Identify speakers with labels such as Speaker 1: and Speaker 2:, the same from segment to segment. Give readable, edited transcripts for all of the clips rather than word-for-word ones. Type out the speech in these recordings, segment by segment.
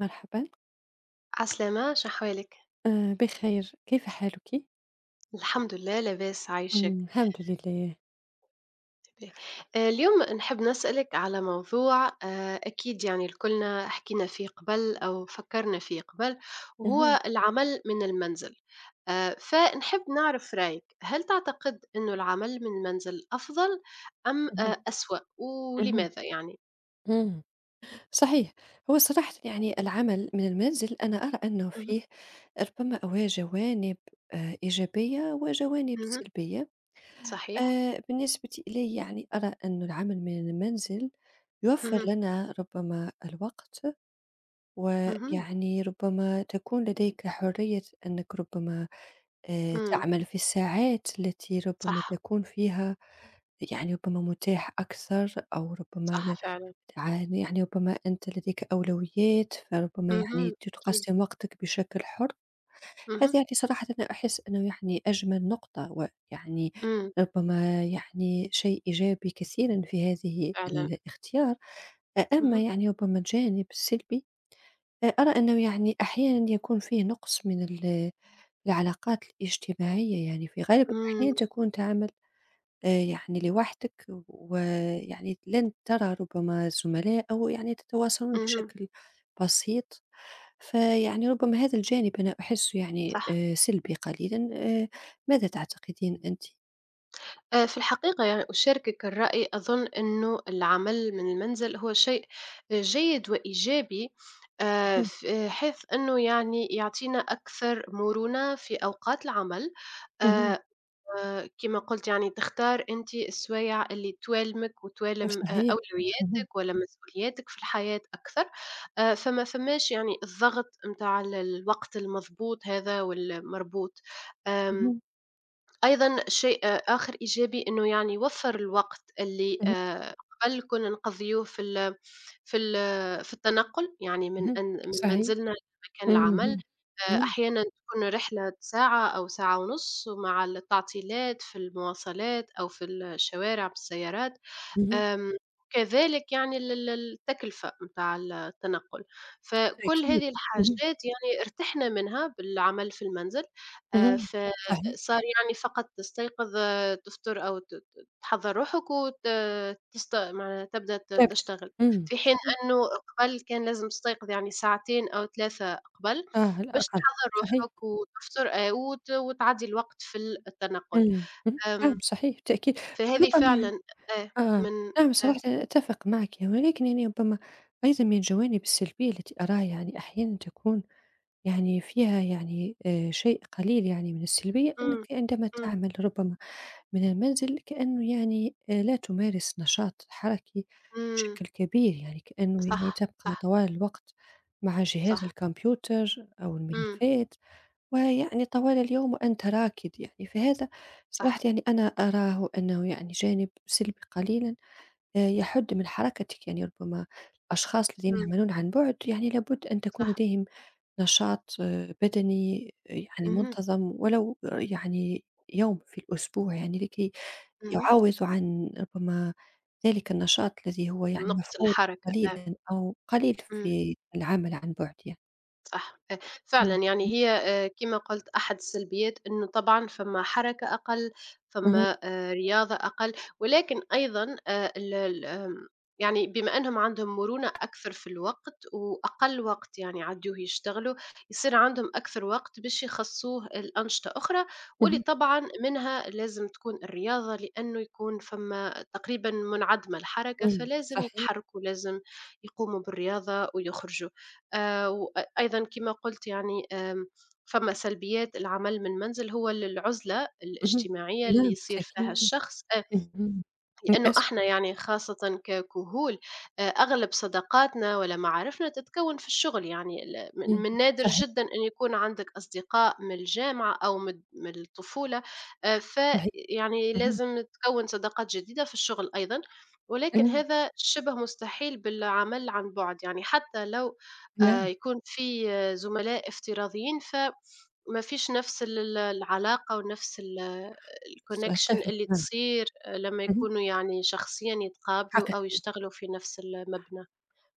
Speaker 1: مرحبا
Speaker 2: عسلامة شحوالك.
Speaker 1: بخير كيف حالك؟
Speaker 2: الحمد لله لاباس
Speaker 1: مم،
Speaker 2: عايشك.
Speaker 1: الحمد لله.
Speaker 2: تباه. اليوم نحب نسألك على موضوع أكيد يعني الكلنا حكينا فيه قبل أو فكرنا فيه قبل،
Speaker 1: مهم،
Speaker 2: وهو العمل من المنزل. فنحب نعرف رأيك، هل تعتقد أنه العمل من المنزل أفضل أم
Speaker 1: مهم،
Speaker 2: أسوأ،
Speaker 1: مهم،
Speaker 2: ولماذا يعني؟
Speaker 1: مم. صحيح. هو صراحة يعني العمل من المنزل أنا أرى أنه
Speaker 2: مهم.
Speaker 1: فيه ربما أو جوانب إيجابية وجوانب
Speaker 2: مهم.
Speaker 1: سلبية.
Speaker 2: صحيح.
Speaker 1: بالنسبة إلي يعني أرى أن العمل من المنزل يوفر
Speaker 2: مهم.
Speaker 1: لنا ربما الوقت،
Speaker 2: مهم.
Speaker 1: ويعني ربما تكون لديك حرية أنك ربما
Speaker 2: مم.
Speaker 1: تعمل في الساعات التي ربما
Speaker 2: صح.
Speaker 1: تكون فيها يعني ربما متاح أكثر، أو ربما
Speaker 2: صح
Speaker 1: ل
Speaker 2: فعلا.
Speaker 1: تع يعني ربما أنت لديك أولويات، فربما
Speaker 2: مهم.
Speaker 1: يعني
Speaker 2: أكيد.
Speaker 1: تقسّم وقتك بشكل حُر. هذا
Speaker 2: مهم.
Speaker 1: يعني صراحةً أنا أحس أنه يعني أجمل نقطة، ويعني
Speaker 2: مم.
Speaker 1: ربما يعني شيء إيجابي كثيرًا في هذه
Speaker 2: فعلا.
Speaker 1: الاختيار. أما يعني ربما الجانب السلبي، أرى أنه يعني أحيانًا يكون فيه نقص من العلاقات الاجتماعية، يعني في غالب
Speaker 2: إمم.
Speaker 1: الأحيان تكون تعمل يعني لوحدك، ويعني لن ترى ربما زملاء أو يعني تتواصلون
Speaker 2: اهم.
Speaker 1: بشكل بسيط، فيعني ربما هذا الجانب أنا أحسه يعني
Speaker 2: صح.
Speaker 1: سلبي قليلًا. ماذا تعتقدين أنتِ؟
Speaker 2: في الحقيقة يعني أشاركِك الرأي، أظن إنه العمل من المنزل هو شيء جيد وإيجابي،
Speaker 1: اهم،
Speaker 2: ف آه، حيث إنه يعني يعطينا أكثر مرونة في أوقات العمل.
Speaker 1: اهم،
Speaker 2: آآ كما قُلت يعني تختار أنتِ السوايع اللي توالمِك وتوالم
Speaker 1: صحيح، اهم،
Speaker 2: أولوياتِك والّا مسؤولياتِك في الحياة أكثر، فماش يعني الضغط متاع الوقت المضبوط هذا والمربوط. آمم
Speaker 1: اهم،
Speaker 2: أيضًا شيء آخر إيجابي، إنه يعني وفّر الوقت اللي
Speaker 1: اهم،
Speaker 2: قبل كنا نقضيوه في ال في ال في التنقل، يعني من
Speaker 1: اهم،
Speaker 2: أن من
Speaker 1: صحيح،
Speaker 2: منزلنا لمكان
Speaker 1: إمم،
Speaker 2: العمل.
Speaker 1: اهم، إمم،
Speaker 2: أحيانًا تكون رحلة ساعة أو ساعة ونُص، ومع التعطيلات في المواصلات أو في الشوارع بالسيارات.
Speaker 1: اهم.
Speaker 2: آمم، وكذلك يعني ال التكلفة متاع التنقل، فكل
Speaker 1: بالتأكيد.
Speaker 2: هذه الحاجات يعني ارتحنا منها بالعمل في المنزل.
Speaker 1: اهم، صحيح،
Speaker 2: فصار يعني فقط تستيقظ، تفطر أو ت ت تحضّر روحك، وت تست معناها تبدأ
Speaker 1: تعبت،
Speaker 2: تشتغل،
Speaker 1: إمم،
Speaker 2: في حين
Speaker 1: صحيح،
Speaker 2: إنه قبل كان لازم تستيقظ يعني ساعتين أو 3 قبل،
Speaker 1: آه، على
Speaker 2: باش
Speaker 1: الأقل،
Speaker 2: تحضّر
Speaker 1: صحيح،
Speaker 2: روحك وتفطر، وت وتعدّي الوقت في التنقل.
Speaker 1: إمم، إمم، نعم
Speaker 2: آمم،
Speaker 1: صحيح بالتأكيد.
Speaker 2: فهذه
Speaker 1: وربما يعني
Speaker 2: فعلًا آه،
Speaker 1: آه،
Speaker 2: من
Speaker 1: نعم
Speaker 2: آه.
Speaker 1: صراحةً أتفق معك، يعني. ولكن يعني ربما أيضًا من الجوانب السلبية التي أراها يعني أحيانًا تكون يعني فيها يعني شيء قليل يعني من السلبية، أنك
Speaker 2: إمم.
Speaker 1: عندما
Speaker 2: إمم.
Speaker 1: تعمل ربما من المنزل كأنه يعني لا تمارس نشاط حركي
Speaker 2: إمم.
Speaker 1: بشكل كبير، يعني كأنه يعني
Speaker 2: صح.
Speaker 1: تبقى
Speaker 2: صح.
Speaker 1: طوال الوقت مع جهاز
Speaker 2: صح.
Speaker 1: الكمبيوتر أو
Speaker 2: إمم.
Speaker 1: الملفات، ويعني طوال اليوم وأنت راكد يعني، فهذا صراحة
Speaker 2: صح.
Speaker 1: يعني أنا أراه أنه يعني جانب سلبي قليلًا، يحد من حركتك. يعني ربما الأشخاص الذين
Speaker 2: إمم.
Speaker 1: يعملون عن بُعد يعني لابد أن تكون
Speaker 2: صح.
Speaker 1: لديهم نشاط بدني يعني
Speaker 2: اهم.
Speaker 1: منتظم ولو يعني يوم في الأسبوع، يعني لكي
Speaker 2: اهم.
Speaker 1: يعوّز عن ربما ذلك النشاط الذي هو يعني
Speaker 2: نقص
Speaker 1: مفقود
Speaker 2: الحركة.
Speaker 1: قليلًا أو قليل
Speaker 2: إمم.
Speaker 1: في العمل عن بُعد يعني.
Speaker 2: صح. فعلًا
Speaker 1: إمم،
Speaker 2: يعني هي، كما قُلت، أحد السلبيات إنه طبعًا فما حركة أقل،
Speaker 1: اهم،
Speaker 2: فما رياضة أقل، ولكن أيضًا ال ال آمم يعني بما أنهم عندهم مرونة أكثر في الوقت، وأقل وقت يعني يعدّوه يشتغلوا، يصير عندهم أكثر وقت باش يخصّوه لأنشطة أخرى، واللي
Speaker 1: اهم،
Speaker 2: طبعًا منها لازم تكون الرياضة، لأنه يكون فما تقريبًا منعدمة الحركة،
Speaker 1: إمم،
Speaker 2: فلازم
Speaker 1: صحيح،
Speaker 2: يتحركوا، لازم يقوموا بالرياضة ويخرجوا. و أيضًا كما قُلت يعني، فما سلبيات العمل من المنزل هو العُزلة
Speaker 1: اهم،
Speaker 2: الاجتماعية
Speaker 1: نعم
Speaker 2: اللي يصير فيها
Speaker 1: بالتأكيد،
Speaker 2: الشخص،
Speaker 1: اهم،
Speaker 2: لأنه
Speaker 1: للأسف،
Speaker 2: إحنا يعني خاصة ككهول، أغلب صداقاتنا ولا معارفنا تتكون في الشغل، يعني ال- من
Speaker 1: اهم،
Speaker 2: من نادر
Speaker 1: صحيح،
Speaker 2: جدا أن يكون عندك أصدقاء من الجامعة أو من الطفولة.
Speaker 1: صحيح،
Speaker 2: فيعني
Speaker 1: اهم،
Speaker 2: لازم تكون صداقات جديدة في الشغل أيضا، ولكن
Speaker 1: اهم،
Speaker 2: هذا شبه مستحيل بالعمل عن بعد، يعني حتى لو
Speaker 1: نعم،
Speaker 2: يكون في زملاء افتراضيين، ما فيش نفس العلاقة ونفس الكونكشن
Speaker 1: أتفق
Speaker 2: اللي
Speaker 1: معك،
Speaker 2: تصير لمّا
Speaker 1: اهم،
Speaker 2: يكونوا يعني شخصيًا يتقابلوا أو
Speaker 1: حقيقي.
Speaker 2: يشتغلوا في نفس المبنى.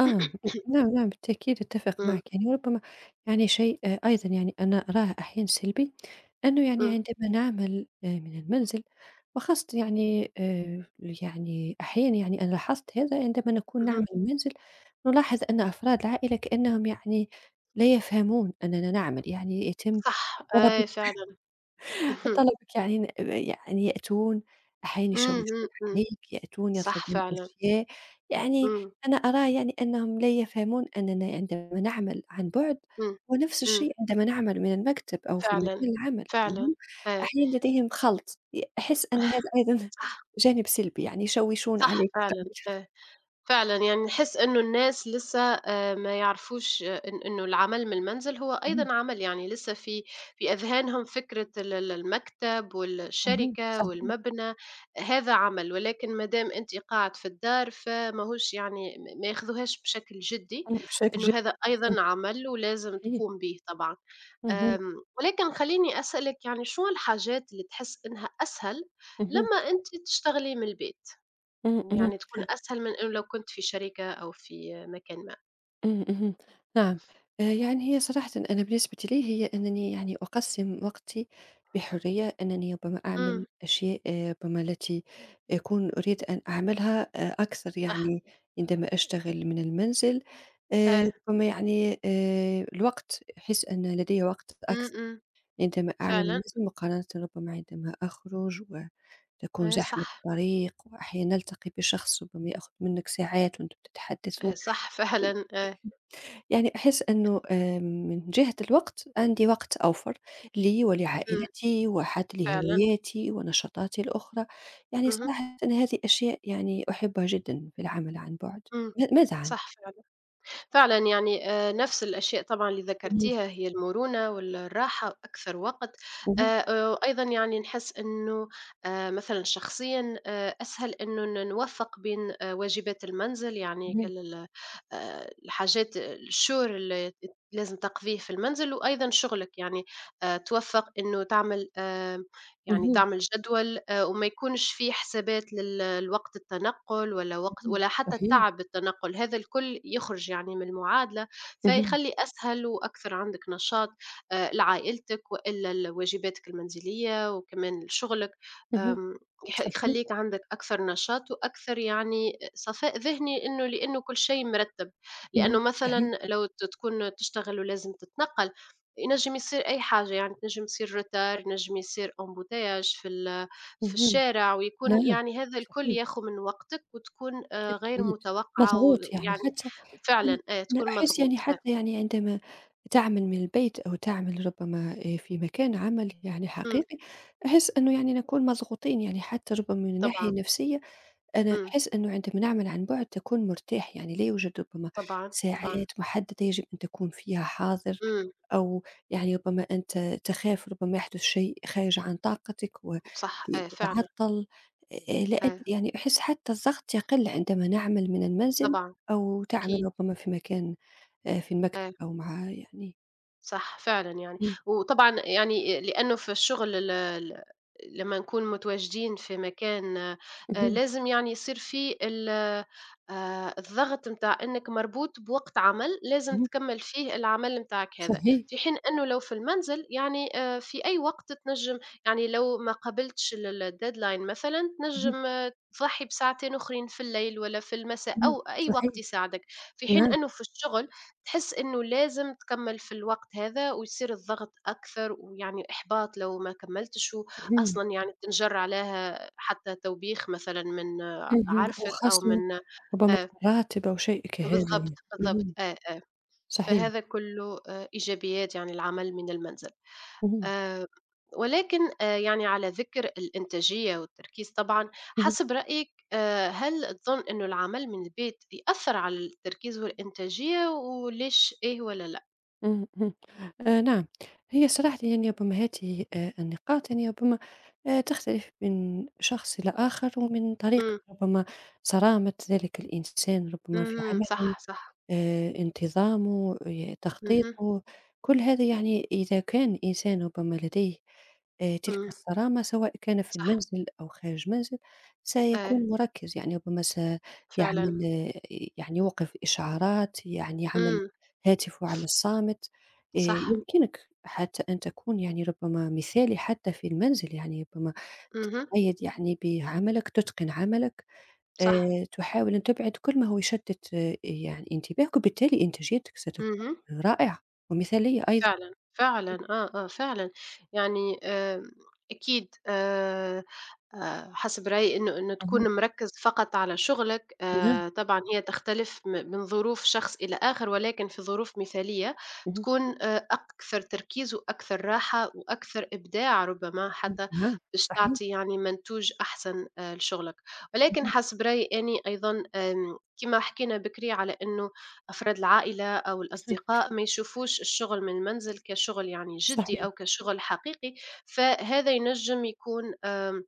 Speaker 1: آه، نعم، نعم بالتأكيد أتفق
Speaker 2: إمم.
Speaker 1: معك، يعني ربما يعني شيء أيضًا يعني أنا أراه أحيانًا سلبي، أنه يعني
Speaker 2: إمم.
Speaker 1: عندما نعمل من المنزل وخاصة يعني يعني أحيانًا يعني أنا لاحظت هذا عندما نكون
Speaker 2: اهم.
Speaker 1: نعمل من المنزل، نلاحظ أن أفراد العائلة كأنهم يعني لا يفهمون أننا نعمل، يعني يتم
Speaker 2: صح،
Speaker 1: طلب
Speaker 2: أي فعلًا. اهم.
Speaker 1: فطلبِك يعني يعني يأتون أحيانًا
Speaker 2: إمم.
Speaker 1: يشوشون
Speaker 2: إمم. إمم.
Speaker 1: عليك، يأتون
Speaker 2: صح
Speaker 1: يطلبون
Speaker 2: فعلًا.
Speaker 1: أشياء، يعني
Speaker 2: إمم.
Speaker 1: أنا أراه يعني أنهم لا يفهمون أننا عندما نعمل عن بُعد
Speaker 2: إمم.
Speaker 1: ونفس
Speaker 2: إمم.
Speaker 1: الشيء عندما نعمل من المكتب أو في
Speaker 2: فعلًا.
Speaker 1: مكان العمل، يعني
Speaker 2: فعلًا،
Speaker 1: هم
Speaker 2: أي.
Speaker 1: أحيانًا لديهم خلط، أحس أنه هذا أيضًا
Speaker 2: صح.
Speaker 1: جانب سلبي، يعني يشوشون
Speaker 2: صح
Speaker 1: عليك.
Speaker 2: فعلًا، أي. فعلًا، يعني نحس إنه الناس لسه ما يعرفوش، آه، إن إنه العمل من المنزل هو
Speaker 1: اهم،
Speaker 2: أيضًا عمل، يعني لسه في أذهانهم فكرة ال المكتب
Speaker 1: اهم،
Speaker 2: والشركة
Speaker 1: صحيح،
Speaker 2: والمبنى. هذا عمل، ولكن ما دام أنتِ قاعد في الدار فماهوش يعني ما ياخذوهاش بشكل جدي،
Speaker 1: إمم، بشكل جيد،
Speaker 2: إنه هذا
Speaker 1: أحسنتِ،
Speaker 2: أيضًا عمل ولازم
Speaker 1: صحيح،
Speaker 2: تقوم به طبعًا.
Speaker 1: اهم،
Speaker 2: آمم، ولكن خلّيني أسألِك يعني، شنو الحاجات اللي تحس إنها أسهل
Speaker 1: اهم،
Speaker 2: لمّا أنتِ تشتغلي من البيت؟
Speaker 1: إمم، إمم.
Speaker 2: يعني تكون أسهل من إنه لو كنت في شركة أو في مكان ما.
Speaker 1: إمم، اهم، نعم. يعني هي صراحةً أنا بالنسبة لي هي أنني يعني أقسّم وقتي بحرية، أنني ربما
Speaker 2: إمم.
Speaker 1: أعمل أشياء ربما التي أكون أريد أن أعملها أكثر
Speaker 2: صح.
Speaker 1: يعني عندما أشتغل من المنزل. آآ
Speaker 2: آه.
Speaker 1: ربما يعني الوقت أحس أن لدي وقت
Speaker 2: إمم.
Speaker 1: أكثر
Speaker 2: إمم.
Speaker 1: عندما أعمل
Speaker 2: فعلًا.
Speaker 1: المنزل مقارنةً ربما عندما أخرج وتكون
Speaker 2: آه.
Speaker 1: زحمة
Speaker 2: صح.
Speaker 1: الطريق، وأحيانًا نلتقي بشخص ربما يأخذ منك ساعات وأنتم
Speaker 2: آه.
Speaker 1: تتحدثون.
Speaker 2: صح فعلًا. آه.
Speaker 1: يعني أحس إنه من جهة الوقت عندي وقت أوفر لي
Speaker 2: إمم.
Speaker 1: ولعائلتي وحتى
Speaker 2: فعلًا.
Speaker 1: لهواياتي ونشاطاتي الأخرى، يعني
Speaker 2: اهم.
Speaker 1: صراحةً أنا هذه أشياء يعني أحبها جدًا في العمل عن بُعد.
Speaker 2: إمم.
Speaker 1: ماذا عنك؟
Speaker 2: صح فعلًا. فعلًا يعني، نفس الأشياء طبعًا اللي
Speaker 1: اهم،
Speaker 2: ذكرتيها، هي المرونة والراحة وأكثر وقت.
Speaker 1: اهم،
Speaker 2: وأيضًا يعني نحس إنه مثلًا شخصيًا أسهل إنه نوفّق بين واجبات المنزل، يعني
Speaker 1: اهم،
Speaker 2: كال ال الحاجات الشغل اللي لازم تقضيه في المنزل، وأيضًا شغلك، يعني توفّق إنه تعمل، يعني
Speaker 1: اهم،
Speaker 2: تعمل جدول، وما يكونش فيه حسابات لوقت التنقل ولا وقت
Speaker 1: اهم،
Speaker 2: ولا حتى
Speaker 1: صحيح،
Speaker 2: التعب بالتنقل، هذا الكل يخرج يعني من المعادلة،
Speaker 1: اهم،
Speaker 2: فيخلي أسهل وأكثر عندك نشاط، لعائلتك وإلا لواجباتك المنزلية وكمان لشغلك.
Speaker 1: اهم،
Speaker 2: آمم، يح
Speaker 1: صحيح،
Speaker 2: يخليك عندك أكثر نشاط وأكثر يعني صفاء ذهني، إنه لإنه كل شيء مرتب، لأنه
Speaker 1: اهم،
Speaker 2: مثلًا
Speaker 1: صحيح،
Speaker 2: لو تكون تشتغل ولازم تتنقل، ينجم يصير أي حاجة، يعني تنجم تصير retard، ينجم يصير embouteillage في
Speaker 1: اهم،
Speaker 2: الشارع، ويكون
Speaker 1: نعم،
Speaker 2: يعني هذا الكل
Speaker 1: صحيح،
Speaker 2: ياخذ من وقتك، وتكون غير
Speaker 1: بالتأكيد.
Speaker 2: متوقعة،
Speaker 1: مضغوط يعني
Speaker 2: ويعني
Speaker 1: حتى
Speaker 2: فعلًا
Speaker 1: أن أنا
Speaker 2: تكون
Speaker 1: أحس يعني
Speaker 2: مضغوط. آه.
Speaker 1: حتى يعني عندما تعمل من البيت أو تعمل ربما في مكان عمل يعني
Speaker 2: إمم.
Speaker 1: حقيقي، أحس إنه يعني نكون مضغوطين يعني حتى ربما من الناحية
Speaker 2: طبعًا.
Speaker 1: النفسية. أنا
Speaker 2: إمم.
Speaker 1: أحس أنه عندما نعمل عن بعد تكون مرتاح، يعني لا يوجد ربما
Speaker 2: طبعًا. طبعًا.
Speaker 1: ساعات محددة يجب أن تكون فيها حاضر،
Speaker 2: إمم.
Speaker 1: أو يعني ربما أنت تخاف ربما يحدث شيء خارج عن طاقتك
Speaker 2: صح. آه. فعلًا.
Speaker 1: وتتعطل. لا
Speaker 2: آه.
Speaker 1: أدري يعني أحس حتى الضغط يقل عندما نعمل من المنزل
Speaker 2: طبعًا.
Speaker 1: أو تعمل
Speaker 2: أكيد.
Speaker 1: ربما في مكان في
Speaker 2: آه.
Speaker 1: المكتب أو مع يعني
Speaker 2: صح فعلًا يعني.
Speaker 1: مم.
Speaker 2: وطبعًا يعني لأنه في الشغل، ال ال لمّا نكون متواجدين في مكان،
Speaker 1: مهم،
Speaker 2: لازم يعني يصير فيه ال الضغط متاع إنك مربوط بوقت عمل لازم
Speaker 1: مهم،
Speaker 2: تكمّل فيه العمل متاعك هذا،
Speaker 1: صحيح.
Speaker 2: في حين إنه لو في المنزل يعني في أي وقت تنجم، يعني لو ما قابلتش الdeadline مثلًا تنجم،
Speaker 1: مهم،
Speaker 2: تضحي بساعتين أخرين في الليل، والّا في المساء
Speaker 1: مهم،
Speaker 2: أو أي وقت
Speaker 1: صحيح
Speaker 2: يساعدك، في حين
Speaker 1: نعم
Speaker 2: إنه في الشغل تحس إنه لازم تكمّل في الوقت هذا، ويصير الضغط أكثر، ويعني إحباط لو ما كمّلتش،
Speaker 1: مهم.
Speaker 2: وأصلًا يعني تنجر عليها حتى توبيخ مثلًا من
Speaker 1: اهم،
Speaker 2: عرفِك أو
Speaker 1: وخصم
Speaker 2: من
Speaker 1: ربما
Speaker 2: آه،
Speaker 1: راتب أو شيء كهذا
Speaker 2: بالضبط،
Speaker 1: يعني.
Speaker 2: بالضبط،
Speaker 1: اهم،
Speaker 2: آه، آه،
Speaker 1: صحيح،
Speaker 2: فهذا كلّه إيجابيات يعني العمل من المنزل.
Speaker 1: اهم،
Speaker 2: آآ ولكن يعني على ذِكر الإنتاجية والتركيز طبعًا،
Speaker 1: اهم،
Speaker 2: حسب رأيك هل تظن إنه العمل من البيت يأثّر على التركيز والإنتاجية، وليش إيه والّا لأ؟
Speaker 1: إمم، إمم. نعم، هي صراحةً يعني ربما هذه النقاط يعني ربما تختلف من شخص إلى آخر، ومن طريقة
Speaker 2: إمم.
Speaker 1: ربما صرامة ذلك الإنسان ربما في
Speaker 2: اهم.
Speaker 1: عمله.
Speaker 2: صح. صح.
Speaker 1: انتظامه،
Speaker 2: اهم.
Speaker 1: تخطيطه، كل هذا يعني إذا كان إنسان ربما لديه تلك
Speaker 2: إمم.
Speaker 1: الصرامة سواء كان في
Speaker 2: صح.
Speaker 1: المنزل أو خارج المنزل،
Speaker 2: آه.
Speaker 1: سيكون مركّز، يعني ربما سيعمل
Speaker 2: فعلًا.
Speaker 1: آه، يعني يوقف إشعارات، يعني يعمل
Speaker 2: إمم.
Speaker 1: هاتفه على الصامت.
Speaker 2: صح.
Speaker 1: يمكنك حتى أن تكون يعني ربما مثالي حتى في المنزل، يعني ربما
Speaker 2: اهم.
Speaker 1: تتقيد يعني بعملك، تتقن عملك.
Speaker 2: صح.
Speaker 1: تحاول أن تبعد كل ما هو يشتت يعني انتباهك، وبالتالي إنتاجيتك ستكون
Speaker 2: اهم.
Speaker 1: رائعة ومثالية أيضًا.
Speaker 2: فعلًا. فعلًا. آه. آه. فعلًا. يعني أكيد، حسب رأيي إنه
Speaker 1: اهم.
Speaker 2: تكون مركّز فقط على شغلك،
Speaker 1: نعم،
Speaker 2: طبعًا هي تختلف من ظروف شخص إلى آخر، ولكن في ظروف مثالية
Speaker 1: اهم،
Speaker 2: تكون أكثر تركيز وأكثر راحة وأكثر إبداع ربما،
Speaker 1: إمم.
Speaker 2: حتى
Speaker 1: نعم،
Speaker 2: باش
Speaker 1: صحيح.
Speaker 2: تعطي يعني منتوج أحسن، لشغلك. ولكن
Speaker 1: اهم.
Speaker 2: حسب رأيي أني أيضًا، كيما حكينا بكري على إنه أفراد العائلة أو الأصدقاء ما يشوفوش الشغل من المنزل كشغل يعني جدي
Speaker 1: صحيح،
Speaker 2: أو كشغل حقيقي، فهذا ينجم يكون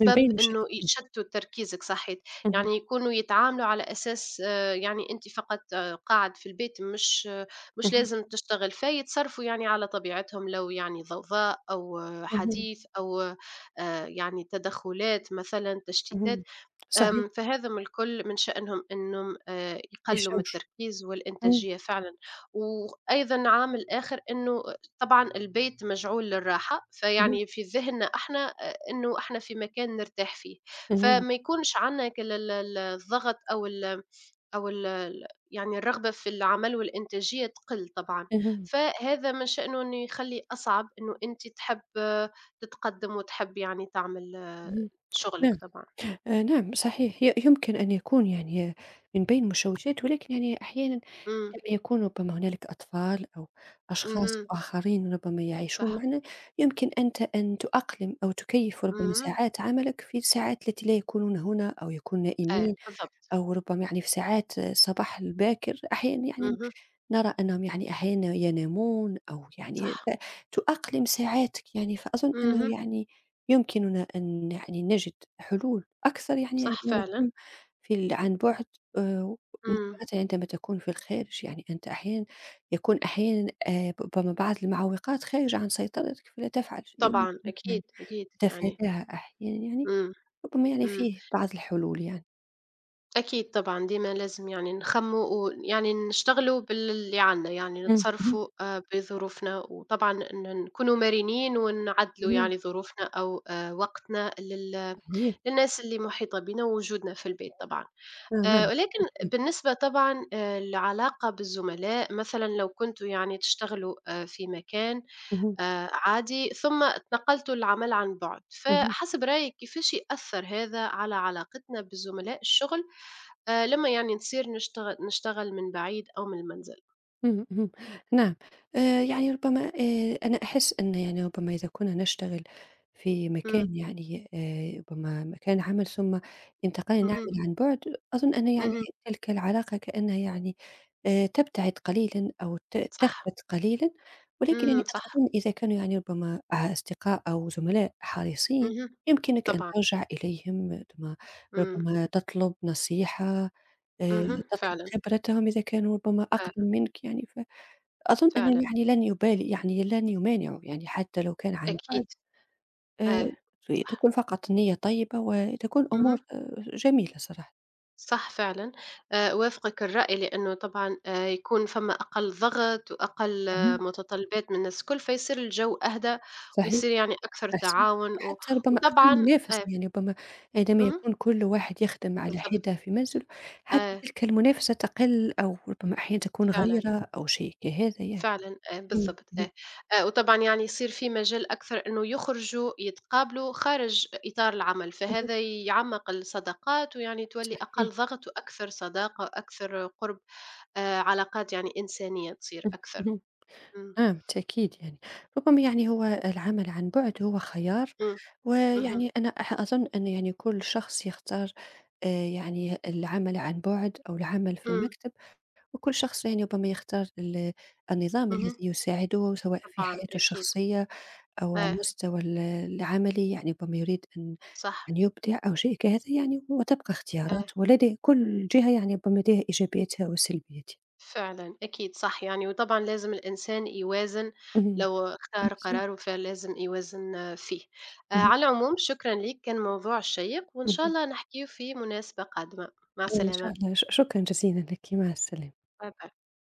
Speaker 1: من بين
Speaker 2: انه
Speaker 1: المشتتات.
Speaker 2: يشتتوا تركيزك صحيت،
Speaker 1: اهم،
Speaker 2: يعني يكونوا يتعاملوا على اساس يعني انت فقط قاعد في البيت، مش مش
Speaker 1: اهم،
Speaker 2: لازم تشتغل، فيتصرفوا يعني على طبيعتهم، لو يعني ضوضاء او
Speaker 1: اهم،
Speaker 2: حديث او يعني تدخلات مثلا، تشتيتات.
Speaker 1: اهم. صحيح،
Speaker 2: فهذم الكل من شأنهم إنهم يقلّوا من
Speaker 1: يشوش.
Speaker 2: التركيز
Speaker 1: إمم،
Speaker 2: والإنتاجية فعلًا. وأيضًا عامل آخر إنه طبعًا البيت مجعول للراحة،
Speaker 1: اهم،
Speaker 2: فيعني في ذهننا إحنا إنه إحنا في مكان نرتاح فيه،
Speaker 1: اهم،
Speaker 2: فما يكونش عندنا ك ال ال ال الضغط أو ال أو ال ال يعني الرغبة في العمل، والإنتاجية تقل طبعًا،
Speaker 1: اهم،
Speaker 2: فهذا من شأنه إنه يخلّي أصعب إنه أنتِ تحب تتقدم، وتحب يعني تعمل
Speaker 1: اهم.
Speaker 2: شغلك
Speaker 1: نعم.
Speaker 2: طبعًا.
Speaker 1: نعم صحيح، يمكن أن يكون يعني من بين المشوشات، ولكن يعني أحيانًا
Speaker 2: إمم.
Speaker 1: لما يكون ربما هنالك أطفال أو أشخاص
Speaker 2: اهم.
Speaker 1: آخرين ربما يعيشون
Speaker 2: صح.
Speaker 1: معنا، يمكن أنت أن تؤقلم أو تكيّف ربما
Speaker 2: اهم.
Speaker 1: ساعات عملك في الساعات التي لا يكونون هنا أو يكونوا
Speaker 2: أيوه
Speaker 1: نائمين،
Speaker 2: بالضبط.
Speaker 1: أو ربما يعني في ساعات الصباح الباكر أحيانًا يعني
Speaker 2: اهم.
Speaker 1: نرى أنهم يعني أحيانًا ينامون أو يعني
Speaker 2: صح.
Speaker 1: تؤقلم ساعاتك يعني. فأظن أنه
Speaker 2: اهم.
Speaker 1: يعني يمكننا أن يعني نجد حلول أكثر يعني
Speaker 2: صح
Speaker 1: عندما
Speaker 2: فعلًا.
Speaker 1: نكون في عن بُعد، آآ،
Speaker 2: إمم.
Speaker 1: مقارنة عندما تكون في الخارج، يعني أنت أحيانًا يكون أحيانًا ربما بعض المعوقات خارجة عن سيطرتك فلا تفعل شيئًا،
Speaker 2: طبعًا
Speaker 1: يمكنك
Speaker 2: أكيد.
Speaker 1: يعني
Speaker 2: أكيد يعني.
Speaker 1: تتفاداها أحيانًا يعني،
Speaker 2: إمم.
Speaker 1: ربما يعني
Speaker 2: إمم.
Speaker 1: فيه بعض الحلول يعني.
Speaker 2: أكيد طبعًا، ديما لازم يعني نخمّوا، ويعني نشتغلوا باللي عندنا، يعني
Speaker 1: إمم، اهم،
Speaker 2: نتصرفوا بظروفنا، وطبعًا نكونوا مرنين، ونعدّلوا
Speaker 1: اهم،
Speaker 2: يعني ظروفنا أو وقتنا
Speaker 1: صحيح.
Speaker 2: للناس اللي محيطة بينا ووجودنا في البيت طبعًا.
Speaker 1: تمام،
Speaker 2: ولكن
Speaker 1: أكيد.
Speaker 2: بالنسبة طبعًا للعلاقة بالزملاء، مثلًا لو كنتم يعني تشتغلوا في مكان
Speaker 1: اهم،
Speaker 2: عادي، ثم اتنقلتوا للعمل عن بُعد،
Speaker 1: اهم.
Speaker 2: فحسب رأيك كيفاش يأثّر هذا على علاقتنا بزملاء الشغل، لمّا يعني نصير نشتغل من بعيد أو من المنزل؟
Speaker 1: إمم، إمم، نعم. يعني ربما أنا أحس أن يعني ربما إذا كنا نشتغل في
Speaker 2: إمم.
Speaker 1: مكان يعني ربما مكان عمل ثم انتقلنا
Speaker 2: اهم.
Speaker 1: نعمل عن بُعد، أظن أن يعني
Speaker 2: اهم.
Speaker 1: تلك العلاقة كأنها يعني تبتعد قليلًا أو
Speaker 2: صح.
Speaker 1: تخفت قليلًا. ولكن يعني
Speaker 2: إمم.
Speaker 1: أنا
Speaker 2: صح.
Speaker 1: أظن إذا كانوا يعني ربما أصدقاء أو زملاء حريصين
Speaker 2: اهم.
Speaker 1: يمكنك أن
Speaker 2: طبعًا.
Speaker 1: ترجع إليهم، ثم
Speaker 2: إمم.
Speaker 1: ربما تطلب نصيحة
Speaker 2: اهم.
Speaker 1: تطلب
Speaker 2: فعلًا.
Speaker 1: خبرتهم إذا كانوا ربما
Speaker 2: آه.
Speaker 1: أقدم منك يعني، فأظن أنهم
Speaker 2: فعلًا.
Speaker 1: يعني لن يبالي يعني لن يمانعوا يعني حتى لو كان عن بُعد.
Speaker 2: أكيد.
Speaker 1: آآ
Speaker 2: آه.
Speaker 1: ت
Speaker 2: صح.
Speaker 1: تكون فقط النية طيبة وتكون أمور
Speaker 2: اهم.
Speaker 1: جميلة صراحة.
Speaker 2: صح فعلًا. أوافقك الرأي، لأنه طبعًا يكون فما أقل ضغط وأقل
Speaker 1: اهم.
Speaker 2: متطلبات من الناس الكل، فيصير الجو أهدى،
Speaker 1: صحيح،
Speaker 2: ويصير يعني أكثر
Speaker 1: أحسن،
Speaker 2: تعاون
Speaker 1: وحتى ربما أقل
Speaker 2: وطبعًا،
Speaker 1: منافسة،
Speaker 2: آه،
Speaker 1: يعني ربما عندما
Speaker 2: اهم،
Speaker 1: يكون كل واحد يخدم على
Speaker 2: بالضبط،
Speaker 1: حدة في منزله، حتى
Speaker 2: آه،
Speaker 1: تلك المنافسة تقل، أو ربما أحيانًا تكون
Speaker 2: فعلًا،
Speaker 1: غيرة أو شيء كهذا يعني.
Speaker 2: فعلًا، آه،
Speaker 1: إمم،
Speaker 2: بالضبط،
Speaker 1: اهم.
Speaker 2: آه، وطبعًا يعني يصير في مجال أكثر إنه يخرجوا يتقابلوا خارج إطار العمل،
Speaker 1: اهم.
Speaker 2: فهذا يعمّق الصداقات، ويعني تولي
Speaker 1: صحيح.
Speaker 2: أقل ضغط وأكثر صداقة وأكثر قُرب. علاقات يعني إنسانية تصير
Speaker 1: إمم،
Speaker 2: أكثر.
Speaker 1: اهم.
Speaker 2: إمم.
Speaker 1: نعم بالتأكيد، يعني ربما يعني هو العمل عن بعد هو خيار،
Speaker 2: إمم. اهم.
Speaker 1: ويعني أنا أظن أن يعني كل شخص يختار آه، يعني العمل عن بعد أو العمل في
Speaker 2: إمم.
Speaker 1: المكتب، وكل شخص يعني ربما يختار النظام الذي
Speaker 2: اهم.
Speaker 1: يساعده سواء في
Speaker 2: طبعًا
Speaker 1: حياته
Speaker 2: أكيد.
Speaker 1: الشخصية أو على
Speaker 2: آه.
Speaker 1: المستوى العملي، يعني ربما يريد
Speaker 2: صح.
Speaker 1: أن يبدع أو شيء كهذا يعني، وتبقى
Speaker 2: آه،
Speaker 1: اختيارات ولدي كل جهة يعني ربما لديها إيجابياتها وسلبياتها.
Speaker 2: فعلًا أكيد صح، يعني وطبعًا لازم الإنسان يوازن،
Speaker 1: مهم.
Speaker 2: لو اختار
Speaker 1: أحسن.
Speaker 2: قراره فلازم يوازن فيه.
Speaker 1: مهم.
Speaker 2: على العموم شكرًا ليك، كان موضوع شيق، وإن شاء
Speaker 1: مهم.
Speaker 2: الله نحكيه في مناسبة قادمة. مع
Speaker 1: إن شاء
Speaker 2: السلامة.
Speaker 1: الله، شكرًا جزيلًا لك، مع السلامة.
Speaker 2: باي باي.